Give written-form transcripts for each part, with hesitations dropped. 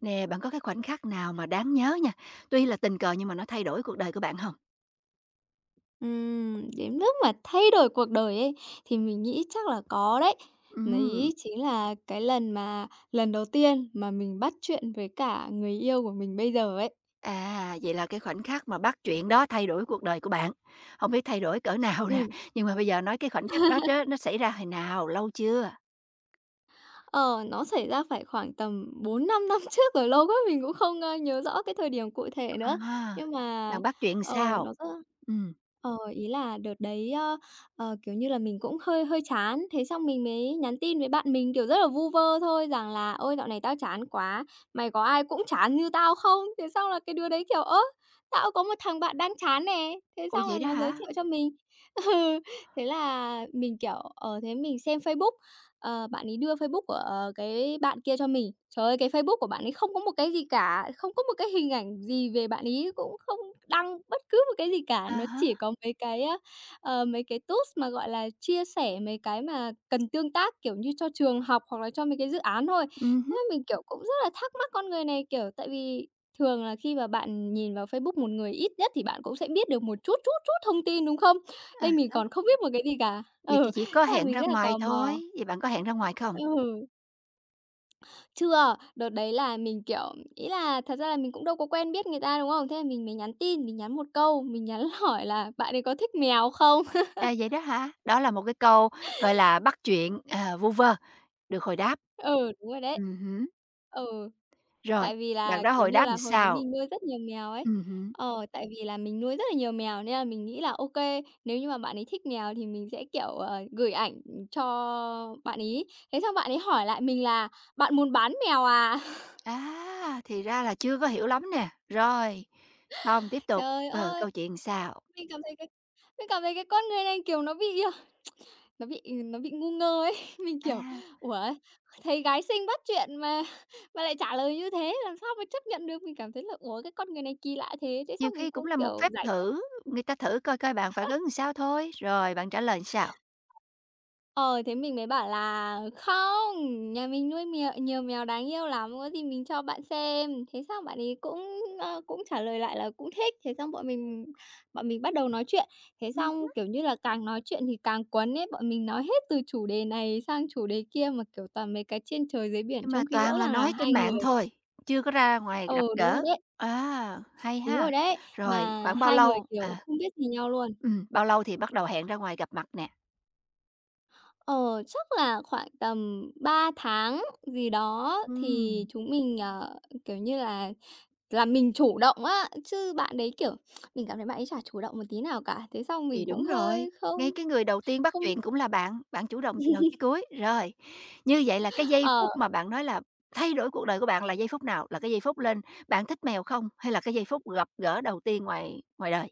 Nè, bạn có cái khoảnh khắc nào mà đáng nhớ nha, tuy là tình cờ nhưng mà nó thay đổi cuộc đời của bạn không? Đến mức mà thay đổi cuộc đời ấy, thì mình nghĩ chắc là có đấy. Ừm. Đấy chính là cái lần mà lần đầu tiên mà mình bắt chuyện với cả người yêu của mình bây giờ ấy. À, vậy là cái khoảnh khắc mà bắt chuyện đó thay đổi cuộc đời của bạn, không biết thay đổi cỡ nào nè, Ừm. nhưng mà bây giờ nói cái khoảnh khắc đó đó nó xảy ra hồi nào, lâu chưa? Ờ, nó xảy ra phải khoảng tầm bốn năm năm trước rồi, lâu quá mình cũng không, nhớ rõ cái thời điểm cụ thể nữa. À, Nhưng mà, bạn bắt chuyện sao? nó rất Ừm. Ý là đợt đấy, kiểu như là, mình cũng hơi hơi chán, thế xong mình mới nhắn tin với bạn mình, kiểu, rất là vu vơ thôi rằng là "Ôi, dạo này tao chán quá, mày có ai cũng chán như tao không?" Thế xong là cái đứa đấy kiểu: "Ơ, tao cũng có một thằng bạn đang chán nè." Thế Ồ, xong là vậy đó nó giới hả? thiệu cho mình. Ừ, thế là mình, kiểu, thế mình xem Facebook, bạn ấy đưa Facebook của, cái bạn kia cho mình. Trời ơi, cái Facebook của bạn ấy không có một cái gì cả, không có một cái hình ảnh gì về bạn ấy, cũng không đăng bất cứ một cái gì cả. À Nó hả. chỉ có mấy cái tools mà, gọi là, chia sẻ mấy cái mà cần tương tác, kiểu như, cho trường học hoặc là cho mấy cái dự án thôi. Ừm Thế hứm. mình, kiểu, cũng rất là thắc mắc con người này, kiểu, tại vì thường là khi mà bạn nhìn vào Facebook một người ít nhất thì bạn cũng sẽ biết được một chút, chút, chút thông tin, đúng không? À Đây mình há, còn không biết một cái gì cả. vậy Ừ, thì chỉ có thế là hẹn mình ra rất là ngoài tò mò. thôi, vậy bạn có hẹn ra ngoài không? Ừ, chưa, đợt đấy là mình, kiểu ý là thật ra là mình cũng đâu có quen biết người ta, đúng không? Thế là mình mới nhắn tin, mình nhắn một câu, mình nhắn hỏi là "Bạn ấy có thích mèo không?" À, vậy đó hả? Đó là một cái câu, gọi là, bắt chuyện, vu vơ, được hồi đáp. Ừ, đúng rồi đấy. Hứm. Ừ, Rồi, tại vì bạn là, đã kiểu hồi như đáp làm là, hồi đấy sao? mình nuôi rất nhiều mèo ấy. Hứm. Tại vì là mình nuôi rất là nhiều mèo nên là mình nghĩ là ô kê, nếu như mà bạn ấy thích mèo thì mình sẽ, kiểu, gửi ảnh cho bạn ấy. Thế xong bạn ấy hỏi lại mình là "Bạn muốn bán mèo à?" À, thì ra là chưa có hiểu lắm nè. Rồi, không, tiếp tục, Trời ơi! câu chuyện làm sao? Mình cảm thấy cái mình cảm thấy cái con người này, kiểu, nó bị, ờ, nó bị, ừ, nó bị ngu ngơ ấy. Mình, kiểu, À, ủa, thấy gái xinh bắt chuyện mà mà lại trả lời như thế, làm sao mà chấp nhận được. Mình cảm thấy là, ủa, cái con người này kỳ lạ thế, thế nhiều xong mình khi cũng cũng, là một kiểu, phép giải. thử, người ta thử coi coi bạn phản ứng làm sao thôi, rồi bạn trả lời làm sao? Ờ, thế mình mới bảo là "Không, nhà mình nuôi mèo nhiều mèo đáng yêu lắm, có gì mình cho bạn xem." Thế xong bạn ấy cũng, cũng trả lời lại là cũng thích, thế xong bọn mình bắt đầu nói chuyện. Thế Ừm. xong, kiểu như là, càng nói chuyện thì càng quấn ấy, bọn mình nói hết từ chủ đề này sang chủ đề kia mà, kiểu, toàn mấy cái trên trời dưới biển, Nhưng mà trong khi toàn rõ là ràng là nói hai trên người. mạng thôi, chưa có ra ngoài Ờ gặp Đúng rồi gỡ. đấy, À, hay đúng ha. rồi đấy, Rồi, mà khoảng bao hai người, lâu? kiểu, À. không biết gì nhau luôn. Bao lâu thì bắt đầu hẹn ra ngoài gặp mặt nè? Ờ, chắc là khoảng tầm 3 tháng gì đó thì Ừm. chúng mình, kiểu như là mình chủ động á, chứ bạn đấy, kiểu, mình cảm thấy bạn ấy chả chủ động một tí nào cả. Thế xong Thì mình cũng đúng rồi, hơi không ngay cái người đầu tiên bắt không chuyện cũng là bạn, bạn chủ động từ đầu chí cuối. Rồi, như vậy là cái giây ờ. phút mà bạn nói là thay đổi cuộc đời của bạn là giây phút nào? Là cái giây phút lên "Bạn thích mèo không?" hay là cái giây phút gặp gỡ đầu tiên ngoài ngoài đời?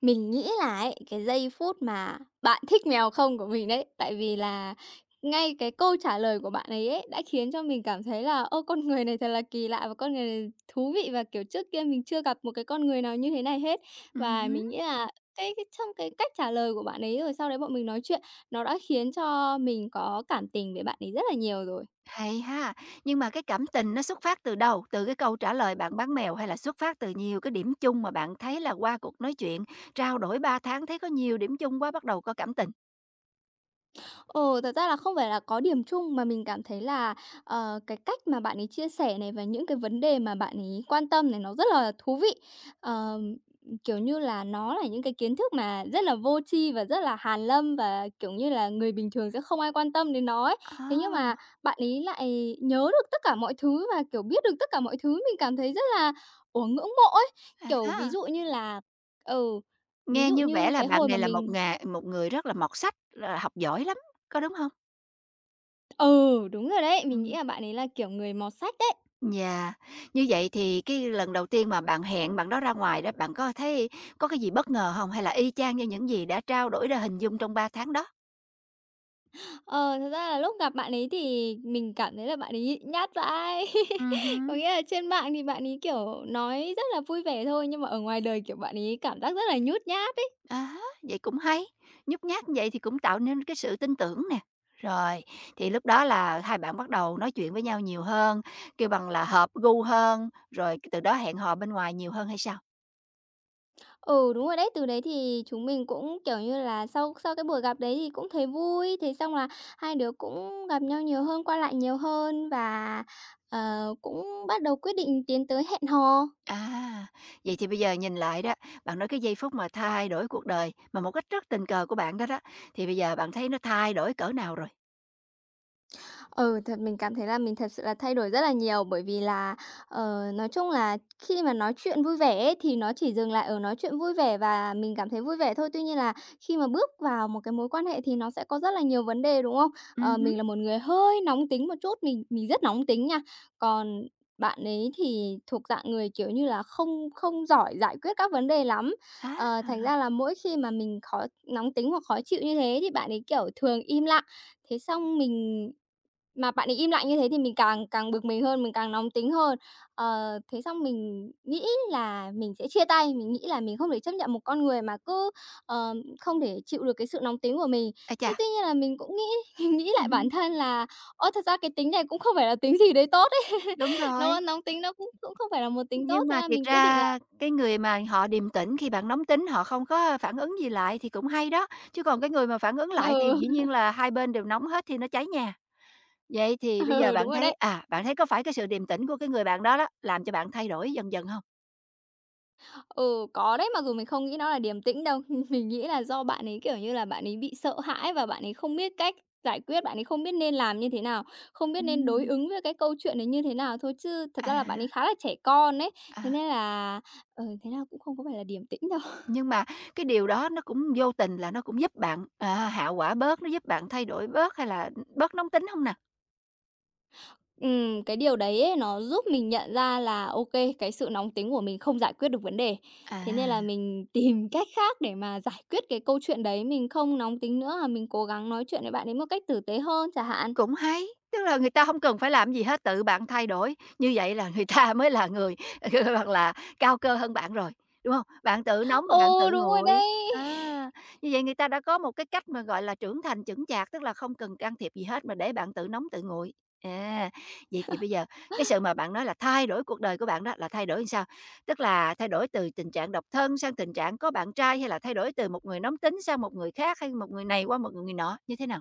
Mình nghĩ là ấy, cái giây phút mà "Bạn thích mèo không?" của mình đấy, tại vì là ngay cái câu trả lời của bạn ấy ấy, đã khiến cho mình cảm thấy là "Ô, con người này thật là kỳ lạ và con người này thú vị" và, kiểu, trước kia mình chưa gặp một cái con người nào như thế này hết. Và Ừm. mình nghĩ là cái trong cái cách trả lời của bạn ấy, rồi sau đấy bọn mình nói chuyện, nó đã khiến cho mình có cảm tình với bạn ấy rất là nhiều rồi. Hay ha! Nhưng mà cái cảm tình nó xuất phát từ đâu? Từ cái câu trả lời "Bạn bán mèo" hay là xuất phát từ nhiều cái điểm chung mà bạn thấy là qua cuộc nói chuyện, trao đổi 3 tháng thấy có nhiều điểm chung quá bắt đầu có cảm tình? Ờ, thật ra là không phải là có điểm chung mà mình cảm thấy là, cái cách mà bạn ấy chia sẻ này và những cái vấn đề mà bạn ấy quan tâm này nó rất là thú vị. Ờm, kiểu như là, nó là những cái kiến thức mà rất là vô tri và rất là hàn lâm và, kiểu như là, người bình thường sẽ không ai quan tâm đến nó ấy. Thế nhưng mà À, bạn ấy lại nhớ được tất cả mọi thứ và, kiểu, biết được tất cả mọi thứ, mình cảm thấy rất là, ủa, ngưỡng mộ ấy. à Kiểu, ví há. dụ như là ừ, ví Nghe dụ như vẻ như là cái bạn hồi mà này là một mình. ngà một người rất là mọt sách, là học giỏi lắm, có đúng hông? Ừ, đúng rồi đấy. Mình nghĩ Ừm. là bạn ấy là, kiểu, người mọt sách đấy. Yeah, như vậy thì cái lần đầu tiên mà bạn hẹn bạn đó ra ngoài đó, bạn có thấy có cái gì bất ngờ hông? Hay là y chang như những gì đã trao đổi, đã hình dung trong 3 tháng đó? Ờ, thật ra là lúc gặp bạn ấy thì mình cảm thấy là bạn ấy nhịn nhát vãi. Có Hứm. nghĩa là trên mạng thì bạn ấy, kiểu, nói rất là vui vẻ thôi, nhưng mà ở ngoài đời, kiểu, bạn ấy cảm giác rất là nhút nhát ấy. À há, vậy cũng hay, nhút nhát như vậy thì cũng tạo nên cái sự tin tưởng nè. Rồi, thì lúc đó là hai bạn bắt đầu nói chuyện với nhau nhiều hơn, kêu bằng là hợp gu hơn, rồi từ đó hẹn hò bên ngoài nhiều hơn hay sao? Ừ, đúng rồi đấy. Từ đấy thì chúng mình cũng, kiểu như là, sau sau cái buổi gặp đấy thì cũng thấy vui, thế xong là hai đứa cũng gặp nhau nhiều hơn, qua lại nhiều hơn và, cũng bắt đầu quyết định tiến tới hẹn hò. À, vậy thì bây giờ nhìn lại đó, bạn nói cái giây phút mà thay đổi cuộc đời, mà một cách rất tình cờ của bạn đó đó, thì bây giờ bạn thấy nó thay đổi cỡ nào rồi? Ừ, thật mình cảm thấy là mình thật sự là thay đổi rất là nhiều, bởi vì là, nói chung là khi mà nói chuyện vui vẻ ấy, thì nó chỉ dừng lại ở nói chuyện vui vẻ và mình cảm thấy vui vẻ thôi. Tuy nhiên là khi mà bước vào một cái mối quan hệ thì nó sẽ có rất là nhiều vấn đề, đúng không? Ừ Ờ, hứm. mình là một người hơi nóng tính một chút, mình rất nóng tính nha. Còn bạn ấy thì thuộc dạng người, kiểu như là, không không giỏi giải quyết các vấn đề lắm. Á. Thành ra là mỗi khi mà mình khó nóng tính hoặc khó chịu như thế thì bạn ấy, kiểu, thường im lặng. Thế xong mình mà bạn ấy im lặng như thế thì mình càng càng bực mình hơn, mình càng nóng tính hơn. Thế xong mình nghĩ là mình sẽ chia tay, mình nghĩ là mình không thể chấp nhận một con người mà cứ, ờ, không thể chịu được cái sự nóng tính của mình. À chà. Thế tuy nhiên là mình cũng nghĩ nghĩ lại Ừm, bản thân là, ô thật ra cái tính này cũng không phải là tính gì đấy tốt ấy. đúng rồi. Nó nóng tính nó cũng cũng không phải là một tính tốt, Nhưng thế mà là thiệt mình quyết định là ra cái người mà họ điềm tĩnh khi bạn nóng tính, họ không có phản ứng gì lại thì cũng hay đó, chứ còn cái người mà phản ứng ừ, lại thì dĩ nhiên là hai bên đều nóng hết thì nó cháy nhà. Vậy thì bây giờ ừ, đúng bạn rồi thấy, đấy. à, bạn thấy có phải cái sự điềm tĩnh của cái người bạn đó đó, làm cho bạn thay đổi dần dần không? Ừ, có đấy, mặc dù mình không nghĩ nó là điềm tĩnh đâu. Mình nghĩ là do bạn ấy, kiểu như là, bạn ấy bị sợ hãi và bạn ấy không biết cách giải quyết, bạn ấy không biết nên làm như thế nào, không biết nên đối Ừm. ứng với cái câu chuyện đấy như thế nào thôi, chứ thật ra là bạn ấy À, khá là trẻ con ấy, thế à. nên là, thế nào cũng không có phải là điềm tĩnh đâu. Nhưng mà cái điều đó nó cũng vô tình là nó cũng giúp bạn, hạ quả bớt, nó giúp bạn thay đổi bớt hay là, bớt nóng tính không nè? Cái điều đấy ấy, nó giúp mình nhận ra là, ok cái sự nóng tính của mình không giải quyết được vấn đề, thế nên là À. mình tìm cách khác để mà giải quyết cái câu chuyện đấy, mình không nóng tính nữa, mà mình cố gắng nói chuyện với bạn ấy một cách tử tế hơn chẳng hạn. Cũng hay, tức là người ta hông cần phải làm gì hết, tự bạn thay đổi, như vậy là người ta mới là người, hoặc là cao cơ hơn bạn rồi, đúng hông? Bạn tự nấu rồi bạn Ừ, tự đúng rồi nguội, đấy. Như vậy người ta đã có một cái cách mà, gọi là, trưởng thành chững chạc, tức là không cần can thiệp gì hết mà để bạn tự nóng tự nguội. À, vậy thì bây giờ cái sự mà bạn nói là thay đổi cuộc đời của bạn đó là thay đổi sao? Tức là thay đổi từ tình trạng độc thân sang tình trạng có bạn trai, hay là thay đổi từ một người nóng tính sang một người khác, hay một người này qua một người nọ, như thế nào?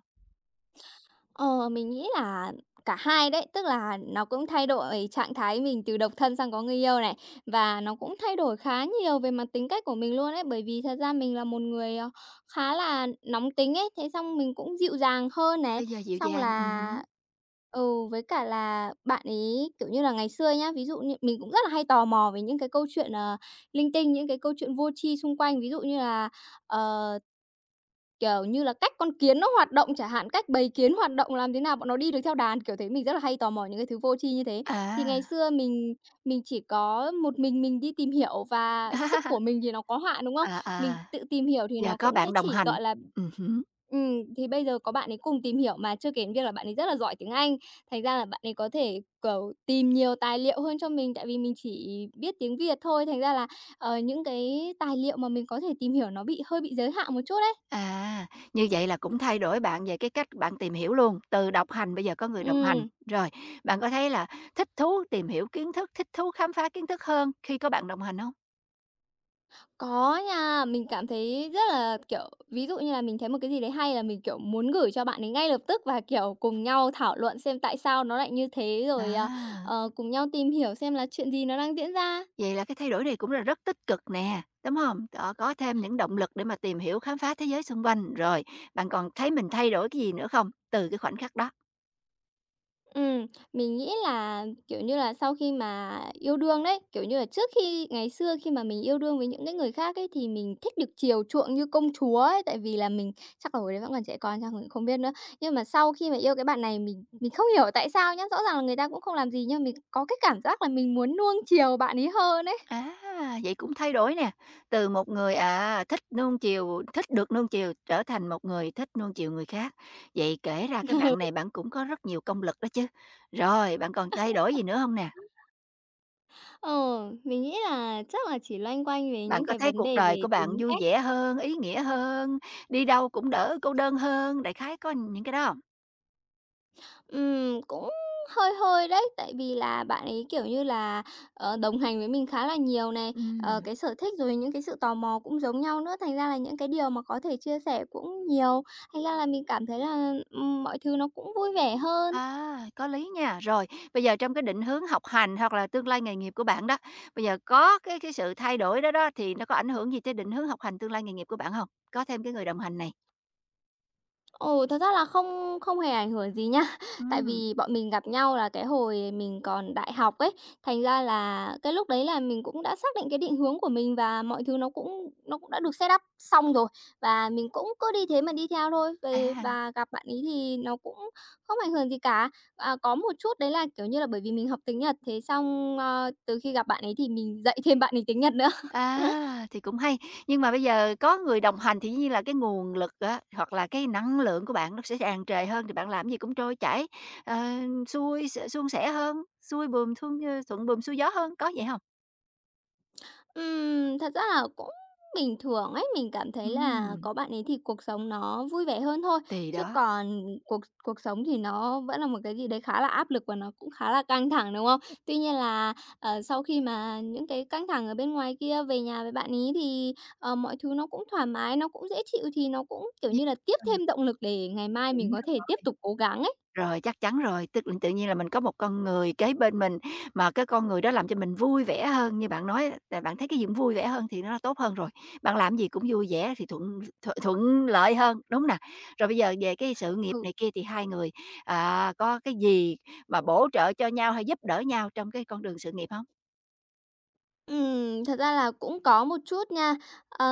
Ờ, mình nghĩ là cả hai đấy, tức là nó cũng thay đổi trạng thái mình từ độc thân sang có người yêu này, và nó cũng thay đổi khá nhiều về mặt tính cách của mình luôn ấy. Bởi vì thật ra mình là một người, khá là nóng tính ấy, thế xong mình cũng dịu dàng hơn này, Bây giờ dịu xong dàng, là hứm. ừ, với cả là bạn ấy, kiểu như là, ngày xưa nhá, ví dụ như mình cũng rất là hay tò mò về những cái câu chuyện, linh tinh, những cái câu chuyện vô tri xung quanh. Ví dụ như là, ờ kiểu như là, cách con kiến nó hoạt động chẳng hạn, cách bầy kiến hoạt động, làm thế nào bọn nó đi được theo đàn, kiểu thế. Mình rất là hay tò mò những cái thứ vô tri như thế. Thì À, ngày xưa mình chỉ có một mình đi tìm hiểu và sức của mình thì nó có hạn, đúng không? à, à, Mình tự tìm hiểu thì giờ nó có cũng sẽ bạn đồng chỉ, hành. gọi là Hứm. Thì bây giờ có bạn ấy cùng tìm hiểu, mà chưa kể đến việc là bạn ấy rất là giỏi tiếng Anh, thành ra là bạn ấy có thể, kiểu, tìm nhiều tài liệu hơn cho mình, tại vì mình chỉ biết tiếng Việt thôi. Thành ra là, những cái tài liệu mà mình có thể tìm hiểu nó bị hơi bị giới hạn một chút đấy. À, như vậy là cũng thay đổi bạn về cái cách bạn tìm hiểu luôn, từ độc hành bây giờ có người đồng hành. Ừm, Rồi, bạn có thấy là thích thú tìm hiểu kiến thức, thích thú khám phá kiến thức hơn khi có bạn đồng hành không? có nha. Mình cảm thấy rất là, kiểu, ví dụ như là mình thấy một cái gì đấy hay là mình, kiểu, muốn gửi cho bạn ấy ngay lập tức và, kiểu, cùng nhau thảo luận xem tại sao nó lại như thế, rồi, à, À, cùng nhau tìm hiểu xem là chuyện gì nó đang diễn ra. vậy là cái thay đổi này cũng là rất tích cực nè, đúng không? Đó, có thêm những động lực để mà tìm hiểu, khám phá thế giới xung quanh. Rồi, bạn còn thấy mình thay đổi cái gì nữa không từ cái khoảnh khắc đó? Ừm, mình nghĩ là, kiểu như là, sau khi mà yêu đương đấy, kiểu như là, trước khi ngày xưa khi mà mình yêu đương với những cái người khác ấy, thì mình thích được chiều chuộng như công chúa ấy, tại vì là mình chắc là hồi đấy vẫn còn trẻ con chắc mình không biết nữa. Nhưng mà sau khi mà yêu cái bạn này mình không hiểu tại sao nhá, rõ ràng là người ta cũng không làm gì nhưng mình có cái cảm giác là mình muốn nuông chiều bạn ấy hơn ấy. À, vậy cũng thay đổi nè, từ một người, thích được nuông chiều trở thành một người thích nuông chiều người khác. Vậy kể ra cái bạn này bạn cũng có rất nhiều công lực đó chứ. Rồi, bạn còn thay đổi gì nữa không nè? Ờ, mình nghĩ là chắc là chỉ loanh quanh về Bạn những có cái thấy vấn cuộc đề đời về của bạn tính vui cách. vẻ hơn, ý nghĩa hơn, đi đâu cũng đỡ cô đơn hơn, đại khái có những cái đó không? Cũng hơi hơi đấy, tại vì là bạn ấy, kiểu như là, đồng hành với mình khá là nhiều này, Ừm. cái sở thích rồi những cái sự tò mò cũng giống nhau nữa, thành ra là những cái điều mà có thể chia sẻ cũng nhiều, thành ra là mình cảm thấy là, mọi thứ nó cũng vui vẻ hơn. À, có lý nha. Rồi, bây giờ trong cái định hướng học hành hoặc là tương lai nghề nghiệp của bạn đó, bây giờ có cái sự thay đổi đó đó thì nó có ảnh hưởng gì tới định hướng học hành tương lai nghề nghiệp của bạn không? Có thêm cái người đồng hành này. Ồ, thật ra là không không hề ảnh hưởng gì nha. Tại Ừm, vì bọn mình gặp nhau là cái hồi mình còn đại học ấy, thành ra là cái lúc đấy là mình cũng đã xác định cái định hướng của mình và mọi thứ nó cũng đã được set up xong rồi, và mình cũng cứ đi thế mà đi theo thôi. Về à, và gặp bạn ấy thì nó cũng không ảnh hưởng gì cả. À, có một chút đấy là, kiểu như là, bởi vì mình học tiếng Nhật, thế xong, từ khi gặp bạn ấy thì mình dạy thêm bạn ấy tiếng Nhật nữa. à, thì cũng hay. Nhưng mà bây giờ có người đồng hành thì dĩ nhiên là cái nguồn lực á, hoặc là cái năng lượng của bạn nó sẽ tràn trề hơn thì bạn làm gì cũng trôi chảy, ờ, xuôi suôn sẻ hơn, xuôi buồm thuông, ơ, thuận buồm xuôi gió hơn, có vậy không? Thật ra là cũng bình thường ấy, mình cảm thấy là Ừm, có bạn ấy thì cuộc sống nó vui vẻ hơn thôi, thì chứ đó. còn cuộc cuộc sống thì nó vẫn là một cái gì đấy khá là áp lực và nó cũng khá là căng thẳng, đúng không? Tuy nhiên là, sau khi mà những cái căng thẳng ở bên ngoài kia về nhà với bạn ấy thì, mọi thứ nó cũng thoải mái, nó cũng dễ chịu thì nó cũng, kiểu Yeah, như là, tiếp ờ, thêm động lực để ngày mai mình đúng có thể rồi. tiếp tục cố gắng ấy. Rồi, chắc chắn rồi, tức tự nhiên là mình có một con người kế bên mình, mà cái con người đó làm cho mình vui vẻ hơn, như bạn nói là bạn thấy cái gì cũng vui vẻ hơn thì nó tốt hơn rồi, bạn làm gì cũng vui vẻ thì thuận lợi hơn, đúng nè. Rồi bây giờ về cái sự nghiệp Ừ. này kia thì hai người, có cái gì mà bổ trợ cho nhau hay giúp đỡ nhau trong cái con đường sự nghiệp không? Thật ra là cũng có một chút nha. Ờ,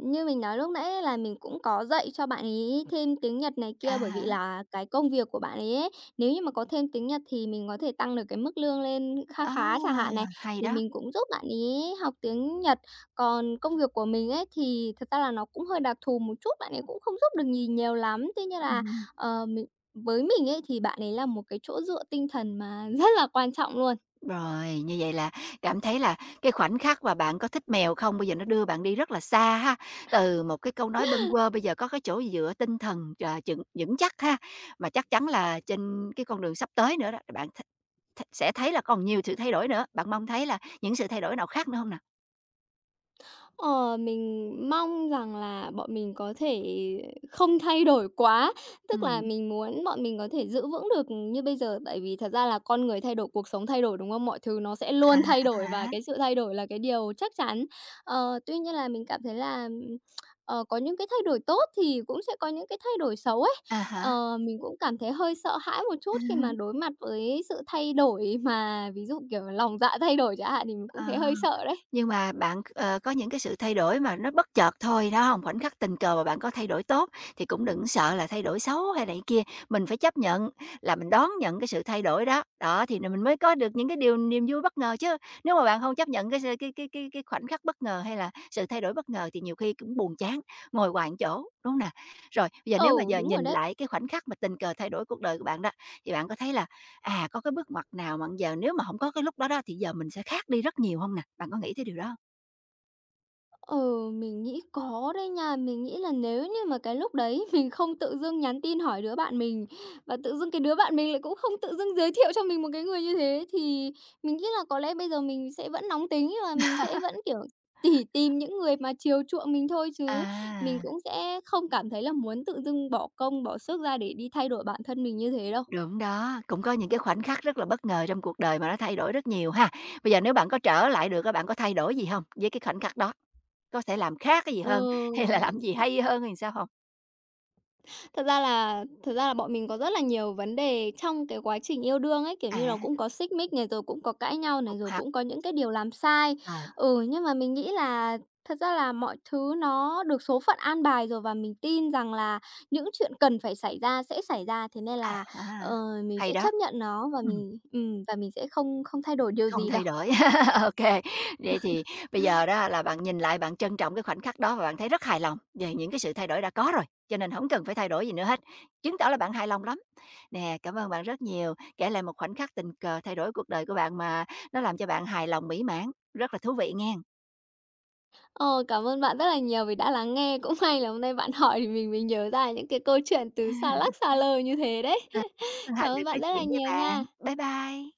như mình nói lúc nãy ấy là mình cũng có dạy cho bạn ấy thêm tiếng Nhật này À kia, bởi vì há, là cái công việc của bạn ấy ấy, nếu như mà có thêm tiếng Nhật thì mình có thể tăng được cái mức lương lên kha à, khá chẳng hạn này, hay thì đó, mình cũng giúp bạn ấy học tiếng Nhật. Còn công việc của mình ấy thì thật ra là nó cũng hơi đặc thù một chút, bạn ấy cũng không giúp được gì nhiều lắm. Tuy nhiên là, ừm. Mình với mình ấy thì bạn ấy là một cái chỗ dựa tinh thần mà rất là quan trọng luôn. Rồi, như vậy là cảm thấy là cái khoảnh khắc mà bạn có thích mèo không, bây giờ nó đưa bạn đi rất là xa ha. Từ một cái câu nói bâng quơ bây giờ có cái chỗ dựa tinh thần, à, chững vững chắc ha. Mà chắc chắn là trên cái con đường sắp tới nữa đó, bạn th th sẽ thấy là còn nhiều sự thay đổi nữa. Bạn mong thấy là những sự thay đổi nào khác nữa không nè? Ờ, mình mong rằng là bọn mình có thể không thay đổi quá, tức là Ừ. mình muốn bọn mình có thể giữ vững được như bây giờ, tại vì thật ra là con người thay đổi, cuộc sống thay đổi, đúng không? Mọi thứ nó sẽ À luôn thay đổi và há, cái sự thay đổi là cái điều chắc chắn. Ờ, tuy nhiên là mình cảm thấy là, có những cái thay đổi tốt thì cũng sẽ có những cái thay đổi xấu ấy. à há. Ờ, mình cũng cảm thấy hơi sợ hãi một chút khi mà đối mặt với sự thay đổi mà ví dụ, kiểu, lòng dạ thay đổi chẳng hạn thì mình cũng Ờ. thấy hơi sợ đấy. Nhưng mà bạn, có những cái sự thay đổi mà nó bất chợt thôi, đó không? Khoảnh khắc tình cờ mà bạn có thay đổi tốt thì cũng đừng sợ là thay đổi xấu hay này kia, mình phải chấp nhận là mình đón nhận cái sự thay đổi đó, đó, thì mình mới có được những cái điều niềm vui bất ngờ chứ. Nếu mà bạn không chấp nhận cái s cái khoảnh khắc bất ngờ hay là sự thay đổi bất ngờ thì nhiều khi cũng buồn chán, ngồi hoài một chỗ, đúng hông nè? Rồi, bây giờ nếu mà Ừ, giờ đúng rồi nhìn đấy. lại cái khoảnh khắc mà tình cờ thay đổi cuộc đời của bạn đó, thì bạn có thấy là có cái bước ngoặt nào mà giờ nếu mà không có cái lúc đó đó thì giờ mình sẽ khác đi rất nhiều hông nè? Bạn có nghĩ tới điều đó hông? Ờ, mình nghĩ có đấy nha. Mình nghĩ là nếu như mà cái lúc đấy mình không tự dưng nhắn tin hỏi đứa bạn mình, và tự dưng cái đứa bạn mình lại cũng không tự dưng giới thiệu cho mình một cái người như thế, thì mình nghĩ là có lẽ bây giờ mình sẽ vẫn nóng tính và mình sẽ vẫn, kiểu, chỉ tìm những người mà chiều chuộng mình thôi, chứ mình À. cũng sẽ không cảm thấy là muốn tự dưng bỏ công, bỏ sức ra để đi thay đổi bản thân mình như thế đâu. Đúng đó, cũng có những cái khoảnh khắc rất là bất ngờ trong cuộc đời mà nó thay đổi rất nhiều ha. Bây giờ nếu bạn có trở lại được các bạn có thay đổi gì không với cái khoảnh khắc đó? Có thể làm khác cái gì Ừ. hơn, hay là làm gì hay hơn hay sao không? Thật ra là bọn mình có rất là nhiều vấn đề trong cái quá trình yêu đương ấy, kiểu như là, À, cũng có xích mích này, rồi cũng có cãi nhau này, học rồi hặc, cũng có những cái điều làm sai. ờ, Ừ, nhưng mà mình nghĩ là thật ra là mọi thứ nó được số phận an bài rồi và mình tin rằng là những chuyện cần phải xảy ra sẽ xảy ra, thế nên à là, ờ, ha, mình hay sẽ đó. chấp nhận nó Ừm. Và mình sẽ không không thay đổi điều Không gì đâu. thay đổi. OK. Vậy thì bây giờ đó là bạn nhìn lại, bạn trân trọng cái khoảnh khắc đó và bạn thấy rất hài lòng về những cái sự thay đổi đã có rồi, cho nên không cần phải thay đổi gì nữa hết, chứng tỏ là bạn hài lòng lắm. Nè, cảm ơn bạn rất nhiều, kể lại một khoảnh khắc tình cờ thay đổi cuộc đời của bạn mà nó làm cho bạn hài lòng mỹ mãn, rất là thú vị nghe. Ờ, cảm ơn bạn rất là nhiều vì đã lắng nghe. Cũng may là hôm nay bạn hỏi thì mình mới nhớ ra những cái câu chuyện từ xa lắc xa lơ như thế đấy. À, Cảm hạnh được ơn bạn nói rất là chuyện với nhiều bạn. nha. Bye bye.